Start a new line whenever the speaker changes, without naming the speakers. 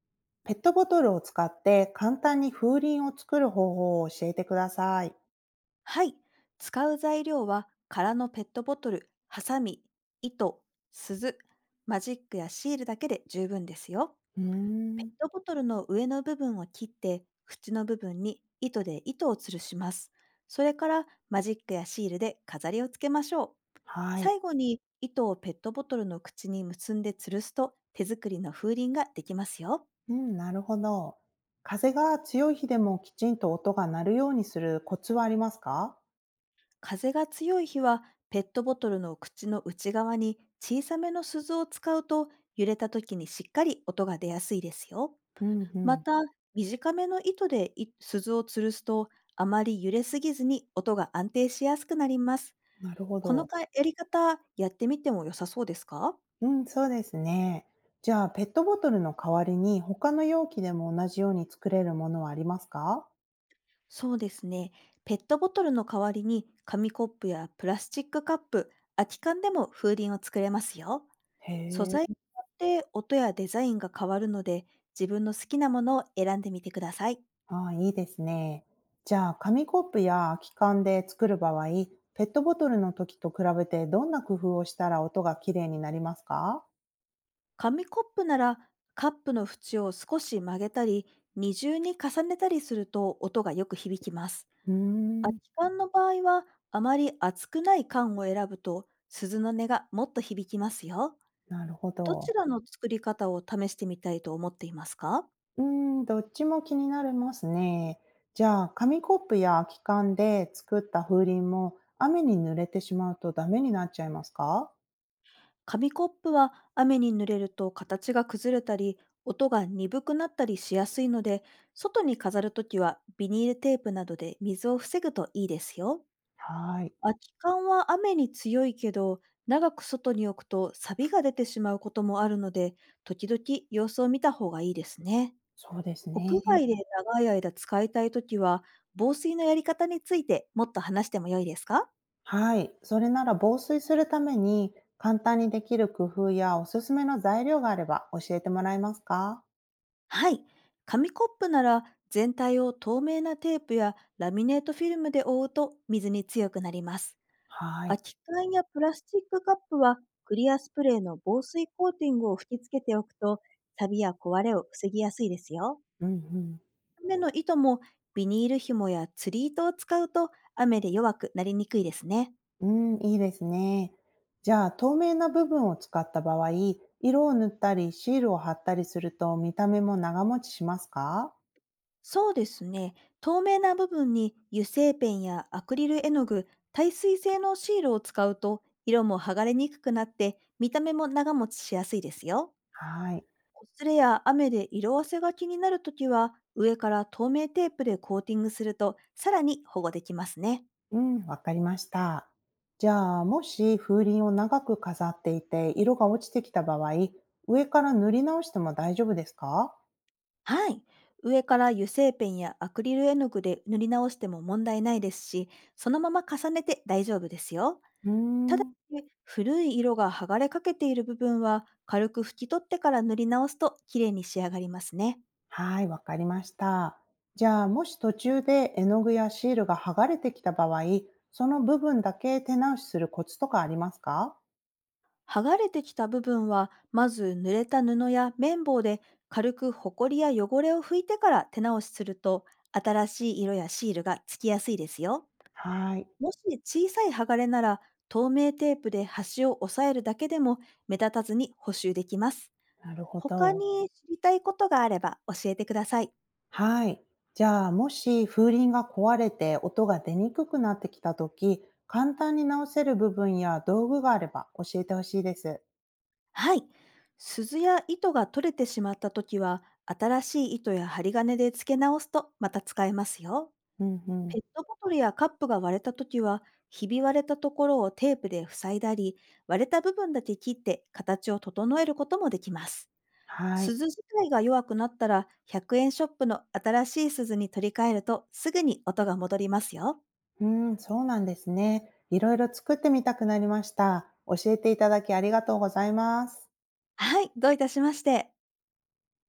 ペットボトルを使って簡単に風鈴を作る方法を教えてください。
はい。使う材料は空のペットボトル、ハサミ、糸、鈴、マジックやシールだけで十分ですよ。
うー
ペッ
ん、
トボトルの上の部分を切って、口の部分に糸で糸を吊るします。それからマジックやシールで飾りをつけましょう。
はい。
最後に糸をペットボトルの口に結んで吊るすと、手作りの風鈴ができますよ。
うん、なるほど。風が強い日でもきちんと音が鳴るようにするコツはありますか？
風が強い日は、ペットボトルの口の内側に小さめの鈴を使うと、揺れた時にしっかり音が出やすいですよ。
うんう
ま
ん。
た、短めの糸でい鈴を吊るすと、あまり揺れすぎずに音が安定しやすくなります。
なるほ
この
ど。
かやり方やってみても良さそうですか？
うん、そうですね。じゃあ、ペットボトルの代わりに他の容器でも同じように作れるものはありますか？
そうですね。ペットボトルの代わりに紙コップやプラスチックカップ、空き缶でも風鈴を作れますよ。
へ
素材に
え。
よって音やデザインが変わるので、自分の好きなものを選んでみてください。
ああ、いいですね。じゃあ、紙コップや空き缶で作る場合、ペットボトルの時と比べてどんな工夫をしたら音がきれいになりますか？
紙コップなら、カップの縁を少し曲げたり、二重に重ねたりすると音がよく響きます。
うー
空き
ん、
缶の場合は、あまり厚くない缶を選ぶと、鈴の音がもっと響きますよ。
なるほ
ど
ど。
ちらの作り方を試してみたいと思っていますか？
うーどっちも気になりますね。じゃあ、紙コップや空き缶で作った風鈴も雨に濡れてしまうとダメになっちゃいますか？
紙コップは雨に濡れると形が崩れたり、音が鈍くなったりしやすいので、外に飾るときはビニールテープなどで水を防ぐといいですよ。
はい、
空き缶は雨に強いけど、長く外に置くと錆が出てしまうこともあるので、時々様子を見た方がいいですね。
そうです
屋
ね。
外で長い間使いたいときは、防水のやり方についてもっと話しても良いですか？
はい。それなら防水するために簡単にできる工夫やおすすめの材料があれば教えてもらえますか？
はい。紙コップなら、全体を透明なテープやラミネートフィルムで覆うと水に強くなります。
はい。
空き缶やプラスチックカップは、クリアスプレーの防水コーティングを吹き付けておくと、錆や壊れを防ぎやすいですよ。
うんうん。
雨の糸も、ビニール紐や釣り糸を使うと雨で弱くなりにくいですね。
うん、いいですね。じゃあ、透明な部分を使った場合、色を塗ったりシールを貼ったりすると見た目も長持ちしますか？
そうですね。透明な部分に油性ペンやアクリル絵の具、耐水性のシールを使うと、色も剥がれにくくなって見た目も長持ちしやすいですよ。
はい。
こすれや雨で色あせが気になるときは、上から透明テープでコーティングするとさらに保護できますね。
うん、わかりました。じゃあ、もし風鈴を長く飾っていて色が落ちてきた場合、上から塗り直しても大丈夫ですか？
はい。上から油性ペンやアクリル絵の具で塗り直しても問題ないですし、そのまま重ねて大丈夫ですよ。
うー
ただ
ん。
し、古い色が剥がれかけている部分は、軽く拭き取ってから塗り直すときれいに仕上がりますね。
はい、わかりました。じゃあ、もし途中で絵の具やシールが剥がれてきた場合、その部分だけ手直しするコツとかありますか？
剥がれてきた部分は、まず濡れた布や綿棒で軽くほこりや汚れを拭いてから手直しすると、新しい色やシールがつきやすいですよ。
はい、
もし小さい剥がれなら、透明テープで端を押さえるだけでも目立たずに補修できます。
なるほ
他
ど。
に知りたいことがあれば教えてください。
はい。じゃあ、もし風鈴が壊れて音が出にくくなってきたとき、簡単に直せる部分や道具があれば教えてほしいです。
はい。鈴や糸が取れてしまったときは、新しい糸や針金で付け直すとまた使えますよ。
うんう
ペ
ん。
ットボトルやカップが割れたときは、ひび割れたところをテープで塞いだり、割れた部分だけ切って形を整えることもできます。
はい。
鈴自体が弱くなったら、100円ショップの新しい鈴に取り替えるとすぐに音が戻りますよ。
うん、そうなんですね。いろいろ作ってみたくなりました。教えていただきありがとうございます。
はい、どういたしまして。